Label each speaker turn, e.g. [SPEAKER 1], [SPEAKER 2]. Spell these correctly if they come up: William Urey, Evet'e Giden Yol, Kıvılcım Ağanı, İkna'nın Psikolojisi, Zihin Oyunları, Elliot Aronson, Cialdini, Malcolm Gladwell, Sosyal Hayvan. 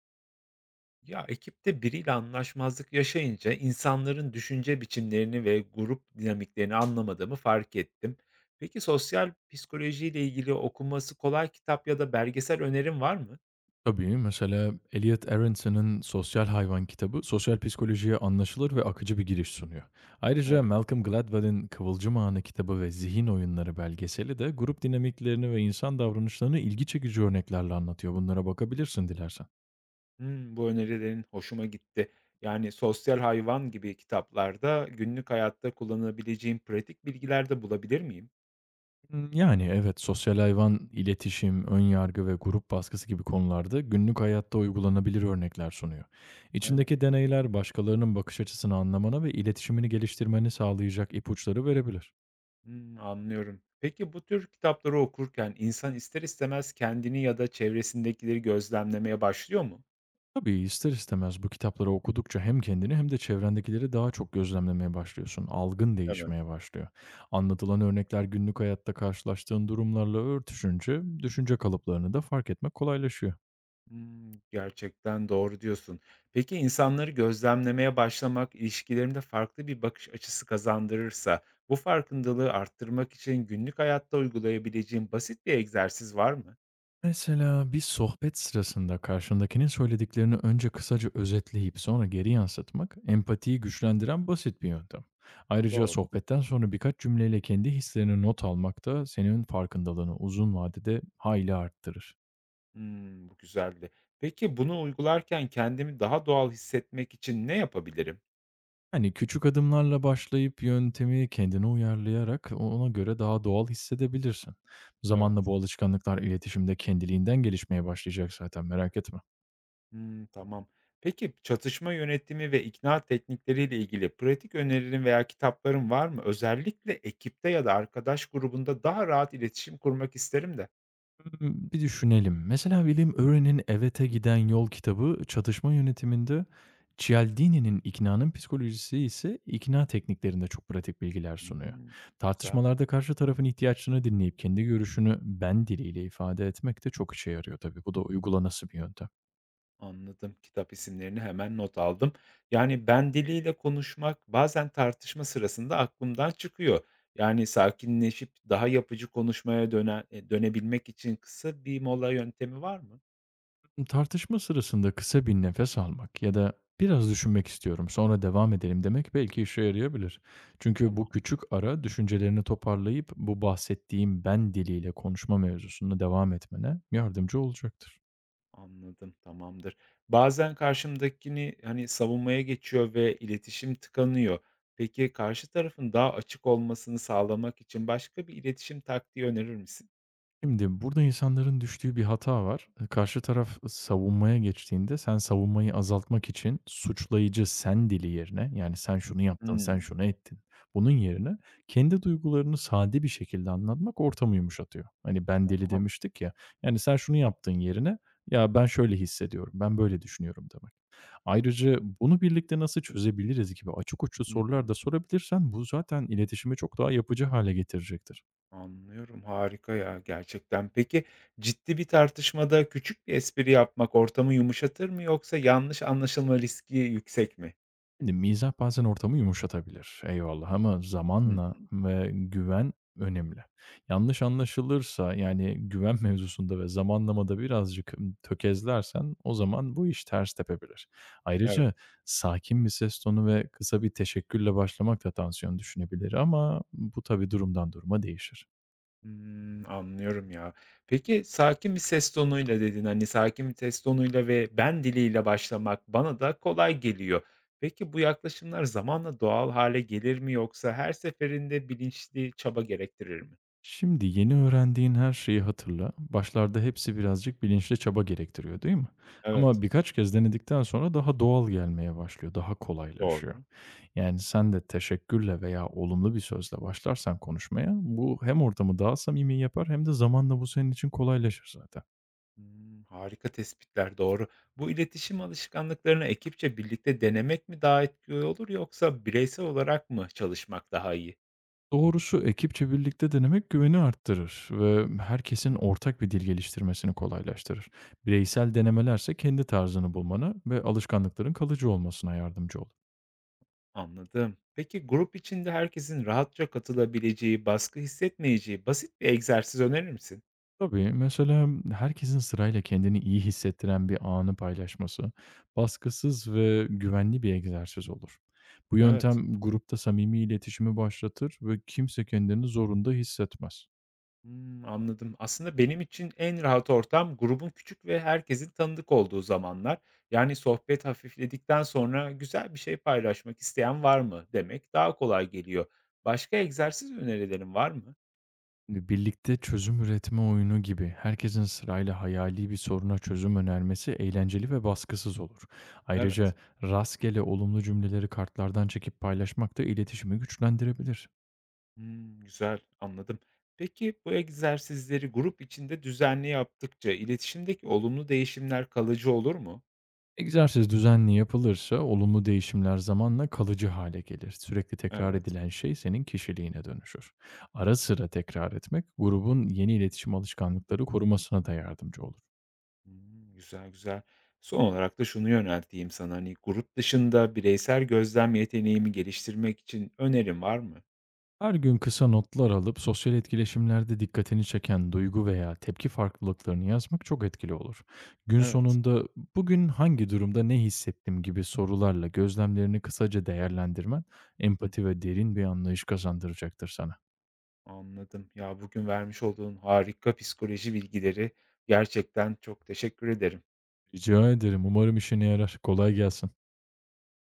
[SPEAKER 1] Ya ekipte biriyle anlaşmazlık yaşayınca insanların düşünce biçimlerini ve grup dinamiklerini anlamadığımı fark ettim. Peki sosyal psikolojiyle ilgili okunması kolay kitap ya da belgesel önerin var mı?
[SPEAKER 2] Tabii, mesela Elliot Aronson'un Sosyal Hayvan kitabı sosyal psikolojiye anlaşılır ve akıcı bir giriş sunuyor. Ayrıca
[SPEAKER 1] Evet.
[SPEAKER 2] Malcolm Gladwell'in Kıvılcım Ağanı kitabı ve Zihin Oyunları belgeseli de grup dinamiklerini ve insan davranışlarını ilgi çekici örneklerle anlatıyor. Bunlara bakabilirsin dilersen.
[SPEAKER 1] Bu önerilerin hoşuma gitti. Yani sosyal hayvan gibi kitaplarda günlük hayatta kullanabileceğim pratik bilgiler de bulabilir miyim?
[SPEAKER 2] Hmm, yani evet, sosyal hayvan, iletişim, ön yargı ve grup baskısı gibi konularda günlük hayatta uygulanabilir örnekler sunuyor.
[SPEAKER 1] Evet.
[SPEAKER 2] İçindeki deneyler başkalarının bakış açısını anlamana ve iletişimini geliştirmeni sağlayacak ipuçları verebilir.
[SPEAKER 1] Anlıyorum. Peki bu tür kitapları okurken insan ister istemez kendini ya da çevresindekileri gözlemlemeye başlıyor mu?
[SPEAKER 2] Tabii ister istemez bu kitapları okudukça hem kendini hem de çevrendekileri daha çok gözlemlemeye başlıyorsun. Algın
[SPEAKER 1] Evet.
[SPEAKER 2] değişmeye başlıyor. Anlatılan örnekler günlük hayatta karşılaştığın durumlarla örtüşünce düşünce kalıplarını da fark etmek kolaylaşıyor.
[SPEAKER 1] Gerçekten doğru diyorsun. Peki insanları gözlemlemeye başlamak ilişkilerinde farklı bir bakış açısı kazandırırsa, bu farkındalığı arttırmak için günlük hayatta uygulayabileceğin basit bir egzersiz var mı?
[SPEAKER 2] Mesela bir sohbet sırasında karşındakinin söylediklerini önce kısaca özetleyip sonra geri yansıtmak empatiyi güçlendiren basit bir yöntem. Ayrıca
[SPEAKER 1] Doğru.
[SPEAKER 2] sohbetten sonra birkaç cümleyle kendi hislerini not almak da senin farkındalığını uzun vadede hayli arttırır.
[SPEAKER 1] Bu güzeldi. Peki bunu uygularken kendimi daha doğal hissetmek için ne yapabilirim?
[SPEAKER 2] Yani küçük adımlarla başlayıp yöntemi kendine uyarlayarak ona göre daha doğal hissedebilirsin. Zamanla
[SPEAKER 1] Evet.
[SPEAKER 2] bu alışkanlıklar iletişimde kendiliğinden gelişmeye başlayacak zaten, merak etme.
[SPEAKER 1] Hımm, tamam. Peki, çatışma yönetimi ve ikna teknikleriyle ilgili pratik önerilerin veya kitapların var mı? Özellikle ekipte ya da arkadaş grubunda daha rahat iletişim kurmak isterim de.
[SPEAKER 2] Bir düşünelim. Mesela William Urey'nin "Evet'e Giden Yol" kitabı çatışma yönetiminde, Cialdini'nin "İkna'nın Psikolojisi" ise ikna tekniklerinde çok pratik bilgiler sunuyor.
[SPEAKER 1] Hımm, güzel,
[SPEAKER 2] Tartışmalarda karşı tarafın ihtiyaçlarını dinleyip kendi görüşünü ben diliyle ifade etmek de çok işe yarıyor tabii. Bu da uygulanası bir yöntem.
[SPEAKER 1] anladım. Kitap isimlerini hemen not aldım. Yani, ben diliyle konuşmak bazen tartışma sırasında aklımdan çıkıyor. Yani, sakinleşip daha yapıcı konuşmaya dönebilmek için kısa bir mola yöntemi var mı?
[SPEAKER 2] Tartışma sırasında kısa bir nefes almak ya da "Biraz düşünmek istiyorum, sonra devam edelim." demek belki işe yarayabilir. Çünkü
[SPEAKER 1] Tamam.
[SPEAKER 2] bu küçük ara düşüncelerini toparlayıp bu bahsettiğim "ben" diliyle konuşma mevzusunda devam etmene yardımcı olacaktır.
[SPEAKER 1] Anladım, tamamdır. Bazen karşımdakini, hani, savunmaya geçiyor ve iletişim tıkanıyor. Peki karşı tarafın daha açık olmasını sağlamak için başka bir iletişim taktiği önerir misin?
[SPEAKER 2] Şimdi burada insanların düştüğü bir hata var. Karşı taraf savunmaya geçtiğinde sen savunmayı azaltmak için suçlayıcı sen dili yerine, yani sen şunu yaptın, sen
[SPEAKER 1] Hımm,
[SPEAKER 2] şunu ettin. Bunun yerine kendi duygularını sade bir şekilde anlatmak ortamı yumuşatıyor. Hani ben deli
[SPEAKER 1] tamam.
[SPEAKER 2] demiştik ya. Yani sen şunu yaptın yerine ya ben şöyle hissediyorum, ben böyle düşünüyorum demek. Ayrıca bunu birlikte nasıl çözebiliriz gibi açık uçlu
[SPEAKER 1] Hı
[SPEAKER 2] sorular
[SPEAKER 1] hı.
[SPEAKER 2] da sorabilirsen bu zaten iletişimi çok daha yapıcı hale getirecektir.
[SPEAKER 1] Anlıyorum, harika ya gerçekten. Peki ciddi bir tartışmada küçük bir espri yapmak ortamı yumuşatır mı yoksa yanlış anlaşılma riski yüksek mi?
[SPEAKER 2] Şimdi mizah bazen ortamı yumuşatabilir. Eyvallah, ama
[SPEAKER 1] Hı,
[SPEAKER 2] zamanla ve güven önemli. Yanlış anlaşılırsa, yani güven mevzusunda ve zamanlamada birazcık tökezlersen, o zaman bu iş ters tepebilir.
[SPEAKER 1] evet.
[SPEAKER 2] Ayrıca sakin bir ses tonu ve kısa bir teşekkürle başlamak da tansiyon düşünebilir, ama bu tabii durumdan duruma değişir.
[SPEAKER 1] Anlıyorum ya. Peki, sakin bir ses tonuyla dedin, hani, sakin bir ses tonuyla ve ben diliyle başlamak bana da kolay geliyor. Peki, bu yaklaşımlar zamanla doğal hâle gelir mi yoksa her seferinde bilinçli çaba gerektirir mi?
[SPEAKER 2] Şimdi yeni öğrendiğin her şeyi hatırla. Başlarda hepsi birazcık bilinçli çaba gerektiriyor, değil mi? Ama
[SPEAKER 1] Evet,
[SPEAKER 2] birkaç kez denedikten sonra daha doğal gelmeye başlıyor, daha kolaylaşıyor.
[SPEAKER 1] doğru.
[SPEAKER 2] Yani sen de teşekkürle veya olumlu bir sözle başlarsan konuşmaya, bu hem ortamı daha samimi yapar hem de zamanla bu senin için kolaylaşır zaten.
[SPEAKER 1] Harika tespitler, doğru. Bu iletişim alışkanlıklarını ekipçe birlikte denemek mi daha etkili olur yoksa bireysel olarak mı çalışmak daha iyi?
[SPEAKER 2] Doğrusu ekipçe birlikte denemek güveni arttırır ve herkesin ortak bir dil geliştirmesini kolaylaştırır. Bireysel denemelerse kendi tarzını bulmana ve alışkanlıkların kalıcı olmasına yardımcı olur.
[SPEAKER 1] Anladım. Peki grup içinde herkesin rahatça katılabileceği, baskı hissetmeyeceği basit bir egzersiz önerir misin?
[SPEAKER 2] Tabii, mesela herkesin sırayla kendini iyi hissettiren bir anı paylaşması, baskısız ve güvenli bir egzersiz olur. Bu
[SPEAKER 1] Evet.
[SPEAKER 2] yöntem grupta samimi iletişimi başlatır ve kimse kendini zorunda hissetmez.
[SPEAKER 1] Anladım. Aslında benim için en rahat ortam grubun küçük ve herkesin tanıdık olduğu zamanlar. Yani sohbet hafifledikten sonra güzel bir şey paylaşmak isteyen var mı demek daha kolay geliyor. Başka egzersiz önerilerin var mı?
[SPEAKER 2] Hani birlikte çözüm üretme oyunu gibi herkesin sırayla hayali bir soruna çözüm önermesi eğlenceli ve baskısız olur.
[SPEAKER 1] Evet.
[SPEAKER 2] Ayrıca rastgele olumlu cümleleri kartlardan çekip paylaşmak da iletişimi güçlendirebilir.
[SPEAKER 1] Güzel, anladım. Peki bu egzersizleri grup içinde düzenli yaptıkça iletişimdeki olumlu değişimler kalıcı olur mu?
[SPEAKER 2] Egzersiz düzenli yapılırsa olumlu değişimler zamanla kalıcı hale gelir. Sürekli tekrar
[SPEAKER 1] Evet.
[SPEAKER 2] edilen şey senin kişiliğine dönüşür. Ara sıra tekrar etmek grubun yeni iletişim
[SPEAKER 1] Hı
[SPEAKER 2] alışkanlıkları korumasına da yardımcı olur.
[SPEAKER 1] Güzel, güzel. Son olarak da şunu yönelteyim sana, hani, grup dışında bireysel gözlem yeteneğimi geliştirmek için önerin var mı?
[SPEAKER 2] Her gün kısa notlar alıp sosyal etkileşimlerde dikkatini çeken duygu veya tepki farklılıklarını yazmak çok etkili olur. Gün
[SPEAKER 1] Evet.
[SPEAKER 2] sonunda bugün hangi durumda ne hissettim gibi sorularla gözlemlerini kısaca değerlendirmen
[SPEAKER 1] Hı,
[SPEAKER 2] empati ve derin bir anlayış kazandıracaktır sana.
[SPEAKER 1] anladım. Ya, bugün vermiş olduğun harika psikoloji bilgileri gerçekten çok teşekkür ederim.
[SPEAKER 2] Rica ederim. Umarım işine yarar. Kolay gelsin.